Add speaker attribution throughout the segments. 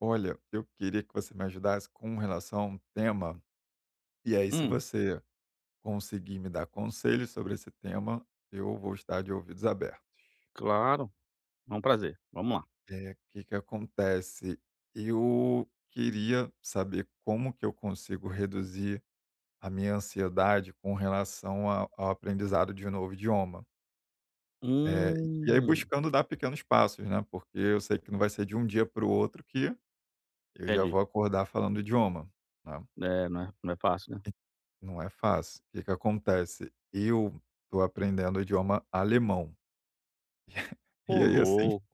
Speaker 1: Olha, eu queria que você me ajudasse com relação a um tema, e aí se
Speaker 2: Hum,
Speaker 1: você conseguir me dar conselhos sobre esse tema, eu vou estar de ouvidos abertos.
Speaker 2: claro, é um prazer. Vamos lá.
Speaker 1: É, o que que acontece? Eu queria saber como que eu consigo reduzir a minha ansiedade com relação a ao aprendizado de um novo idioma. Eh, e aí,
Speaker 2: Hum,
Speaker 1: buscando dar pequenos passos, né, porque eu sei que não vai ser de um dia para o outro que eu já
Speaker 2: entendi.
Speaker 1: vou acordar falando o idioma, né.
Speaker 2: É, não é fácil, né.
Speaker 1: Não é fácil. O que que acontece? Eu tô aprendendo o idioma alemão.
Speaker 2: Ô
Speaker 1: E aí, assim,
Speaker 2: louco,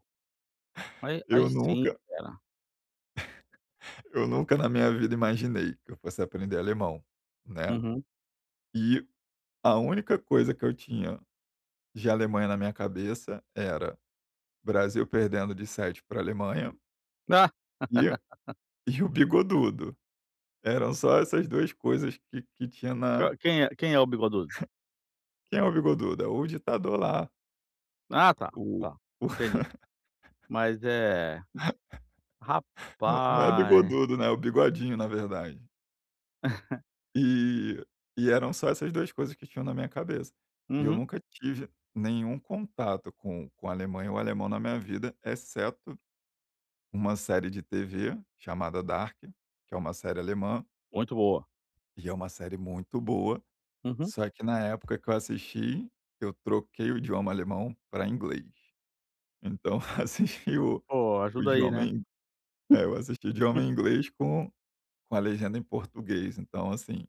Speaker 2: aí
Speaker 1: eu
Speaker 2: sim,
Speaker 1: nunca
Speaker 2: cara.
Speaker 1: eu nunca na minha vida imaginei que eu fosse aprender alemão, né.
Speaker 2: Uhum.
Speaker 1: E a única coisa que eu tinha de Alemanha na minha cabeça era Brasil perdendo de 7 para Alemanha
Speaker 2: Ah,
Speaker 1: e e o Bigodudo. Eram só essas 2 coisas que tinha na.
Speaker 2: q quem é o bigodudo?
Speaker 1: Quem é o Bigodudo? É o ditador lá,
Speaker 2: Ah, tá,
Speaker 1: o
Speaker 2: tá,
Speaker 1: o
Speaker 2: entendi. Mas é
Speaker 1: não não é
Speaker 2: rapaz.
Speaker 1: Bigodudo, né, é o Bigodinho, na verdade. E e eram só essas 2 coisas que tinham na minha cabeça. E eu
Speaker 2: Uhum,
Speaker 1: nunca tive nenhum contato com a Alemanha ou alemão na minha vida, exceto uma série de TV chamada Dark, que é uma série alemã,
Speaker 2: muito boa.
Speaker 1: e é uma série muito boa,
Speaker 2: Uhum.
Speaker 1: só que na época que eu assisti, eu troquei o idioma alemão para inglês. Então assisti o
Speaker 2: Pô,
Speaker 1: o
Speaker 2: ajuda aí,
Speaker 1: idioma
Speaker 2: né.
Speaker 1: em é, eu assisti o idioma em inglês com a legenda em português, então assim.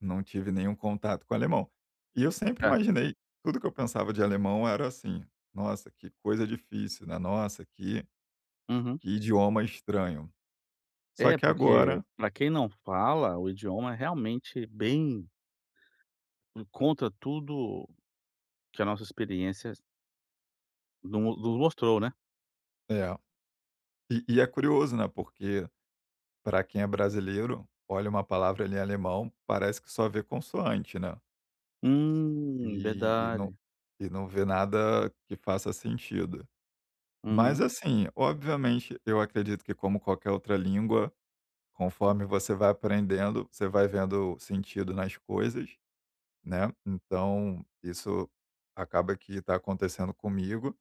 Speaker 1: Não tive nenhum contato com alemão. E eu sempre
Speaker 2: É,
Speaker 1: imaginei, tudo que eu pensava de alemão era assim: "Nossa, que coisa difícil, né? Nossa, que
Speaker 2: uhum.
Speaker 1: que idioma estranho". Só
Speaker 2: É,
Speaker 1: que
Speaker 2: porque
Speaker 1: agora
Speaker 2: pra quem não fala o idioma, é realmente bem contra tudo que a nossa experiência no nos mostrou, né.
Speaker 1: é. E é curioso, né, porque para quem é brasileiro, olha uma palavra ali em alemão, parece que só vê consoante, né? E e não
Speaker 2: Verdade.
Speaker 1: e não vê nada que faça sentido. Mas
Speaker 2: Uhum,
Speaker 1: assim, obviamente, eu acredito que como qualquer outra língua. Conforme você vai aprendendo, você vai vendo sentido nas coisas, né? Então, isso acaba que está acontecendo comigo.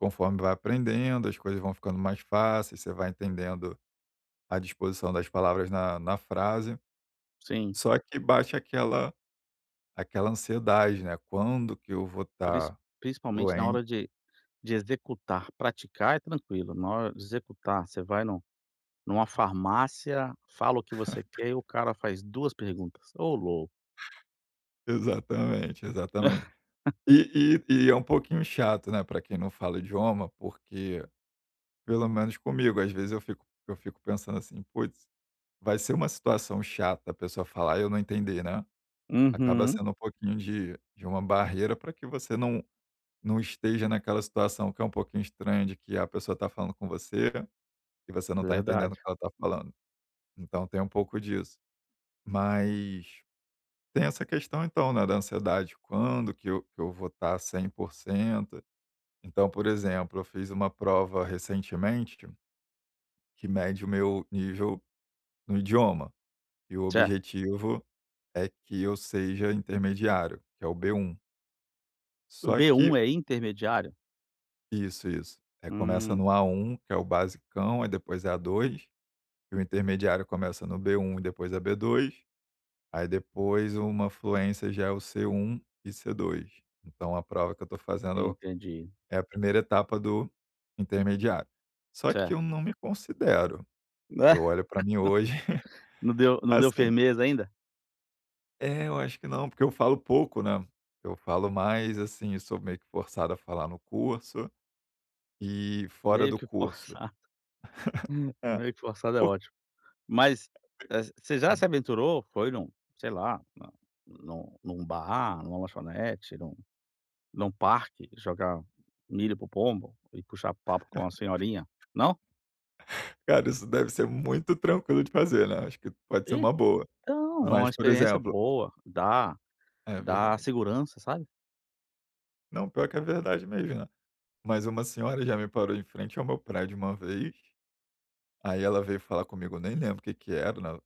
Speaker 1: Conforme vai aprendendo, as coisas vão ficando mais fáceis, você vai entendendo a disposição das palavras na frase.
Speaker 2: sim.
Speaker 1: Só que bate aquela ansiedade, né? Quando que eu vou
Speaker 2: Pris
Speaker 1: estar
Speaker 2: principalmente na
Speaker 1: fluente?
Speaker 2: hora de executar. Praticar é tranquilo, na hora de executar, você vai no numa farmácia, fala o que você quer e o cara faz 2 perguntas. Ô louco.
Speaker 1: Exatamente, exatamente. E é um pouquinho chato, né, para quem não fala o idioma, porque pelo menos comigo, às vezes eu fico pensando assim: "Puts, vai ser uma situação chata a pessoa falar e eu não entender, né". Acaba
Speaker 2: Uhum,
Speaker 1: sendo um pouquinho de uma barreira para que você não não esteja naquela situação que é um pouquinho estranha, de que a pessoa está falando com você e você não está entendendo o
Speaker 2: verdade.
Speaker 1: que ela está falando. Então tem um pouco disso. Mas tem essa questão então, né, da ansiedade, quando que eu vou estar 100%. Então, por exemplo, eu fiz uma prova recentemente que mede o meu nível no idioma. E o
Speaker 2: Certo.
Speaker 1: objetivo é que eu seja intermediário, que é o B1.
Speaker 2: O
Speaker 1: Só
Speaker 2: B1
Speaker 1: que
Speaker 2: é intermediário?
Speaker 1: isso, isso. É, começa
Speaker 2: Hum,
Speaker 1: no A1, que é o basicão, aí depois é A2, e o intermediário começa no B1 e depois é B2, aí depois uma fluência já é o C1 e C2. Então a prova que eu estou fazendo
Speaker 2: entendi.
Speaker 1: é a primeira etapa do intermediário. Só que
Speaker 2: Certo.
Speaker 1: eu não me considero.
Speaker 2: Né,
Speaker 1: Eu olho para mim hoje
Speaker 2: não deu
Speaker 1: assim.
Speaker 2: firmeza ainda?
Speaker 1: É, eu acho que não, porque eu falo pouco, né. Eu falo mais, assim, eu sou meio que forçado a falar no curso e fora
Speaker 2: Meio
Speaker 1: do
Speaker 2: que
Speaker 1: curso.
Speaker 2: forçado,
Speaker 1: É,
Speaker 2: meio que forçado é
Speaker 1: por
Speaker 2: ótimo. Mas, você já se
Speaker 1: hum.
Speaker 2: aventurou? Foi num, sei lá, na num num bar, numa lanchonete, num parque, jogar milho pro o pombo e puxar papo com a senhorinha? Não?
Speaker 1: Cara, isso deve ser muito tranquilo de fazer, né, acho que pode ser uma boa.
Speaker 2: Então, é uma
Speaker 1: Mas, por
Speaker 2: experiência
Speaker 1: exemplo,
Speaker 2: boa, dá
Speaker 1: é
Speaker 2: dá
Speaker 1: verdade.
Speaker 2: segurança, sabe.
Speaker 1: Não, pior que é verdade mesmo, né. Mas uma senhora já me parou em frente ao meu prédio uma vez, aí ela veio falar comigo, eu nem lembro o que que era, né.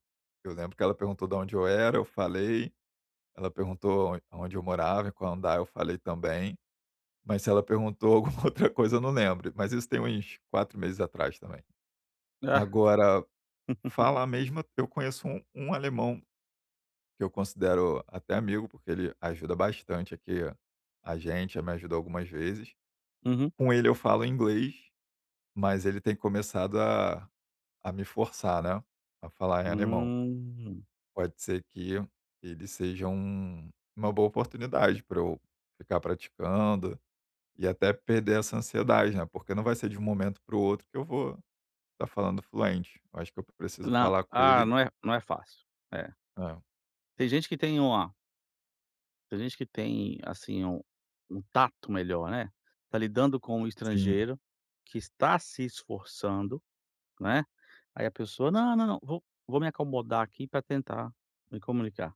Speaker 1: Eu lembro que ela perguntou de onde eu era, eu falei. Ela perguntou aonde eu morava, em qual andar, eu falei também. Mas se ela perguntou alguma outra coisa, eu não lembro, mas isso tem uns 4 meses atrás também.
Speaker 2: É.
Speaker 1: Agora, falar mesmo, eu conheço um alemão que eu considero até amigo, porque ele ajuda bastante aqui a gente, já me ajudou algumas vezes.
Speaker 2: Uhum.
Speaker 1: Com ele eu falo inglês, mas ele tem começado a me forçar, né, a falar em alemão.
Speaker 2: Hum.
Speaker 1: Pode ser que ele seja uma boa oportunidade para eu ficar praticando. E até perder essa ansiedade, né, porque não vai ser de um momento para o outro que eu vou estar falando fluente. Eu acho que eu preciso
Speaker 2: Na
Speaker 1: falar com
Speaker 2: ah,
Speaker 1: ele.
Speaker 2: não é não é fácil. É.
Speaker 1: É,
Speaker 2: Tem gente que tem uma, tem gente que tem, assim, um tato melhor, né. Tá lidando com um
Speaker 1: sim,
Speaker 2: estrangeiro que está se esforçando. Né, aí a pessoa: "Não, não, não, vou me acomodar aqui para tentar me comunicar".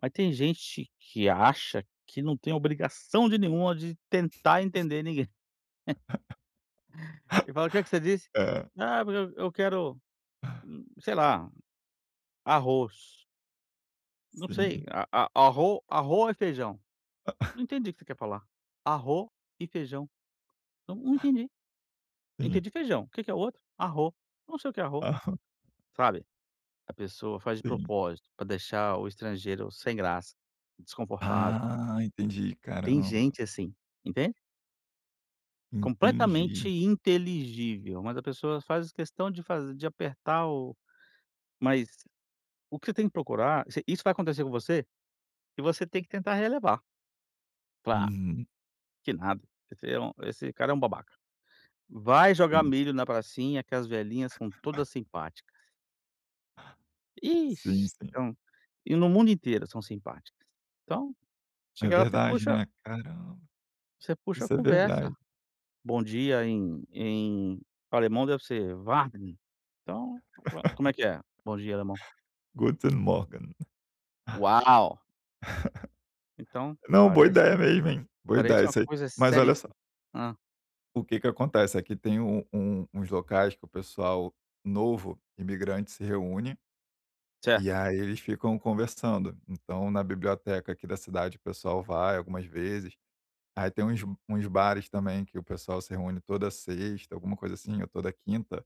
Speaker 2: Mas tem gente que acha que não tem obrigação de nenhuma de tentar entender ninguém. Ele fala: "O que é que você disse?".
Speaker 1: é,
Speaker 2: "Ah, porque eu quero, sei lá, arroz". Não
Speaker 1: sim,
Speaker 2: sei, a arro e feijão. Não entendi o que você quer falar. Arro e feijão. Não, não entendi.
Speaker 1: sim.
Speaker 2: Entendi feijão. O que que é o outro? Arro. Não sei o que é arro,
Speaker 1: Aham,
Speaker 2: sabe? A pessoa faz de
Speaker 1: sim.
Speaker 2: propósito para deixar o estrangeiro sem graça, desconfortável.
Speaker 1: Ah, entendi,
Speaker 2: Tem
Speaker 1: caramba.
Speaker 2: gente assim, entende? Completamente
Speaker 1: Entendi.
Speaker 2: inteligível, mas a pessoa faz questão de fazer, de apertar o mas o que você tem que procurar se isso vai acontecer com você, e você tem que tentar relevar. Falar: "Ah,
Speaker 1: Uhum.
Speaker 2: que nada, esse cara é um babaca". Vai jogar
Speaker 1: Sim,
Speaker 2: milho na pracinha que as velhinhas são todas simpáticas.
Speaker 1: sim,
Speaker 2: Ixe,
Speaker 1: sim.
Speaker 2: são e no mundo inteiro são simpáticas. Então,
Speaker 1: É
Speaker 2: chega lá você
Speaker 1: verdade,
Speaker 2: puxa,
Speaker 1: né. Caramba,
Speaker 2: você puxa a
Speaker 1: isso é
Speaker 2: conversa.
Speaker 1: verdade.
Speaker 2: Bom dia em alemão deve ser Warten. Então, ué, como é que é? Bom dia alemão.
Speaker 1: Guten Morgen.
Speaker 2: Uau! Então
Speaker 1: Não, boa
Speaker 2: parece
Speaker 1: ideia mesmo, hein. Boa
Speaker 2: parece
Speaker 1: ideia
Speaker 2: uma
Speaker 1: isso aí.
Speaker 2: coisa
Speaker 1: Mas olha só.
Speaker 2: seríssima. Ah,
Speaker 1: O que que acontece? Aqui tem uns locais que o pessoal novo, imigrante, se reúne, e
Speaker 2: certo.
Speaker 1: aí eles ficam conversando. Então, na biblioteca aqui da cidade, o pessoal vai algumas vezes. Aí tem uns bares também que o pessoal se reúne toda sexta, alguma coisa assim, ou toda quinta.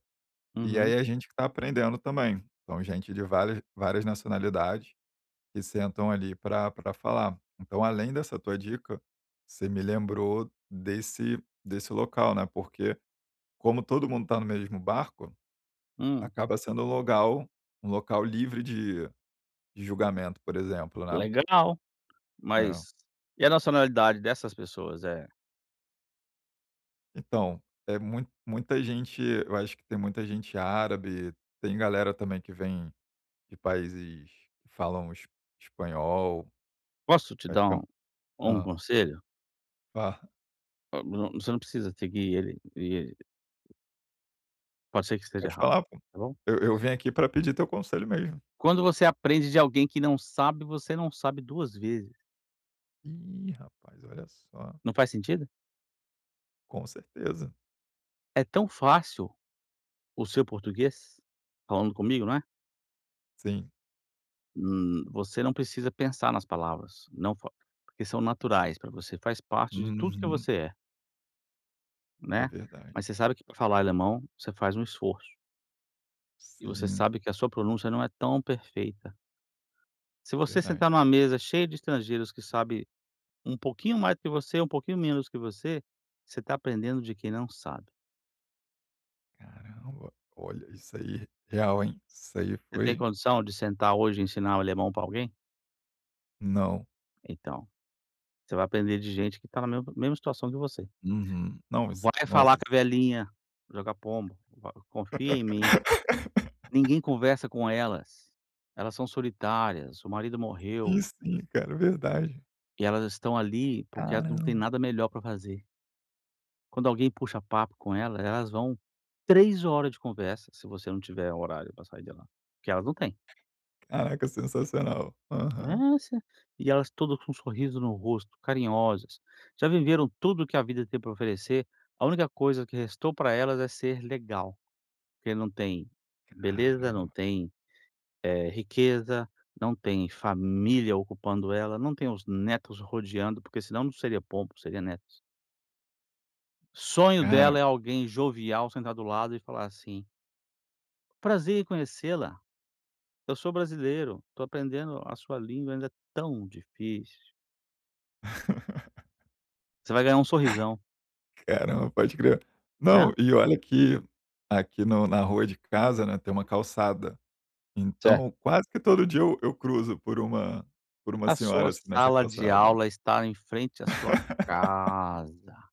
Speaker 1: E aí
Speaker 2: Uhum.
Speaker 1: a gente que tá aprendendo também. Então, gente de várias nacionalidades que sentam ali para pra falar. Então, além dessa tua dica, você me lembrou desse local, né, porque como todo mundo está no mesmo barco,
Speaker 2: Hum,
Speaker 1: acaba sendo um local livre de julgamento, por exemplo, né.
Speaker 2: legal,
Speaker 1: É.
Speaker 2: mas e a nacionalidade dessas pessoas é...
Speaker 1: Então, é muita gente, eu acho que tem muita gente árabe, tem galera também que vem de países que falam es espanhol,
Speaker 2: Posso te dar um
Speaker 1: praticam.
Speaker 2: um
Speaker 1: Hã,
Speaker 2: conselho?
Speaker 1: fa
Speaker 2: Ah, não- Você não precisa seguir ele, e pode ser que esteja
Speaker 1: Pode
Speaker 2: errado,
Speaker 1: falar, pô.
Speaker 2: tá bom?
Speaker 1: Eu vim aqui para pedir teu conselho mesmo.
Speaker 2: Quando você aprende de alguém que não sabe, você não sabe 2 vezes.
Speaker 1: Ih, rapaz, olha só.
Speaker 2: Não faz sentido?
Speaker 1: Com certeza.
Speaker 2: É tão fácil. O seu português, falando comigo, não é?
Speaker 1: Sim.
Speaker 2: Você não precisa pensar nas palavras, não fa porque são naturais para você, faz parte de tudo que
Speaker 1: Uhum.
Speaker 2: você é,
Speaker 1: É
Speaker 2: né.
Speaker 1: verdade.
Speaker 2: Mas você sabe que para falar alemão, você faz um esforço, e você
Speaker 1: Sim,
Speaker 2: sabe que a sua pronúncia não é tão perfeita. Se você
Speaker 1: verdade.
Speaker 2: sentar numa mesa cheia de estrangeiros que sabe um pouquinho mais do que você, um pouquinho menos que você, você está aprendendo de quem não sabe.
Speaker 1: Caramba, olha, isso aí, real, hein? Isso aí
Speaker 2: Você tem
Speaker 1: foi
Speaker 2: condição de sentar hoje e ensinar alemão para alguém?
Speaker 1: não.
Speaker 2: Então, você vai aprender de gente que está na mesma situação que você.
Speaker 1: Uhum. Não, isso
Speaker 2: Vai
Speaker 1: nossa,
Speaker 2: falar com
Speaker 1: isso.
Speaker 2: a velhinha, joga pombo, va confia em mim. Ninguém conversa com elas. Elas são solitárias, o marido
Speaker 1: Sim,
Speaker 2: morreu
Speaker 1: sim, cara, é verdade.
Speaker 2: e elas estão ali porque elas não têm
Speaker 1: Caramba.
Speaker 2: nada melhor para fazer. Quando alguém puxa papo com elas, elas vão 3 horas de conversa, se você não tiver horário para sair de lá, que elas não têm.
Speaker 1: Caraca, sensacional. Aham.
Speaker 2: Nossa, e elas todas com um sorriso no rosto, carinhosas. Já viveram tudo o que a vida tem para oferecer, a única coisa que restou para elas é ser legal. Porque não tem beleza, não
Speaker 1: Caramba,
Speaker 2: tem, riqueza, não tem família ocupando ela, não tem os netos rodeando, porque senão não seria pombo, seria netos. Sonho
Speaker 1: cara.
Speaker 2: dela é alguém jovial sentar do lado e falar assim: "Prazer em conhecê-la, eu sou brasileiro, estou aprendendo a sua língua, ainda é tão difícil". Você vai ganhar um sorrisão,
Speaker 1: Caramba, pode crer.
Speaker 2: né?
Speaker 1: Não, e olha que aqui no na rua de casa, né, tem uma calçada, então
Speaker 2: Certo.
Speaker 1: quase que todo dia eu cruzo por uma
Speaker 2: A sua
Speaker 1: senhora, assim, nessa
Speaker 2: sala de
Speaker 1: calçada.
Speaker 2: aula está em frente à sua casa.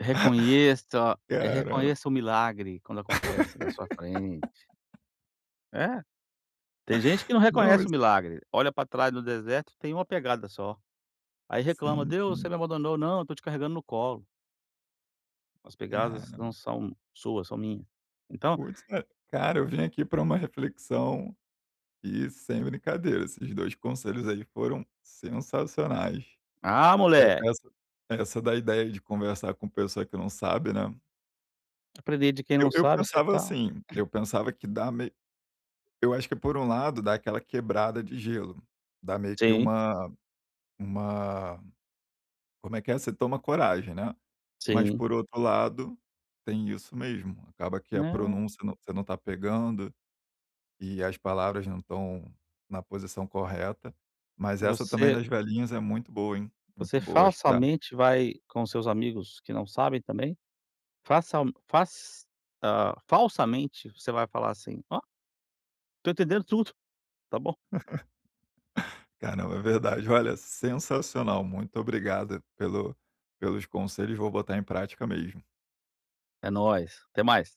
Speaker 1: Caramba.
Speaker 2: Reconheça o milagre quando acontece na sua frente. É, tem gente que não
Speaker 1: Não,
Speaker 2: reconhece
Speaker 1: isso
Speaker 2: o milagre, olha para trás no deserto, tem uma pegada só. Aí reclama:
Speaker 1: sim,
Speaker 2: "Deus, você me
Speaker 1: sim.
Speaker 2: abandonou". "Não, eu tô te carregando no colo, as pegadas
Speaker 1: Caramba.
Speaker 2: não são suas, são minhas". Então:
Speaker 1: Putz, é, cara, eu vim aqui para uma reflexão e sem brincadeira, esses 2 conselhos aí foram sensacionais.
Speaker 2: "Ah,
Speaker 1: E
Speaker 2: moleque,
Speaker 1: essa da ideia de conversar com pessoa que não sabe, né.
Speaker 2: aprender de quem
Speaker 1: Eu
Speaker 2: não
Speaker 1: eu
Speaker 2: sabe, você
Speaker 1: pensava
Speaker 2: tá".
Speaker 1: assim, eu pensava que dá meio. Eu acho que por um lado dá aquela quebrada de gelo, dá meio que
Speaker 2: Sim,
Speaker 1: uma como é que é? Você toma coragem, né. Mas
Speaker 2: sim.
Speaker 1: por outro lado, tem isso mesmo, acaba que a
Speaker 2: Né,
Speaker 1: pronúncia não você não tá pegando. E as palavras não estão na posição correta, mas essa também
Speaker 2: você
Speaker 1: das velhinhas é muito boa, hein, muito
Speaker 2: você
Speaker 1: boa, acho que dá
Speaker 2: falsamente vai com os seus amigos que não sabem também, façal fas falsamente você vai falar assim: "Ó, tô entendendo tudo, tá bom".
Speaker 1: caramba, é verdade. Olha, sensacional, muito obrigado pelos conselhos, vou botar em prática mesmo.
Speaker 2: É nóis, até mais.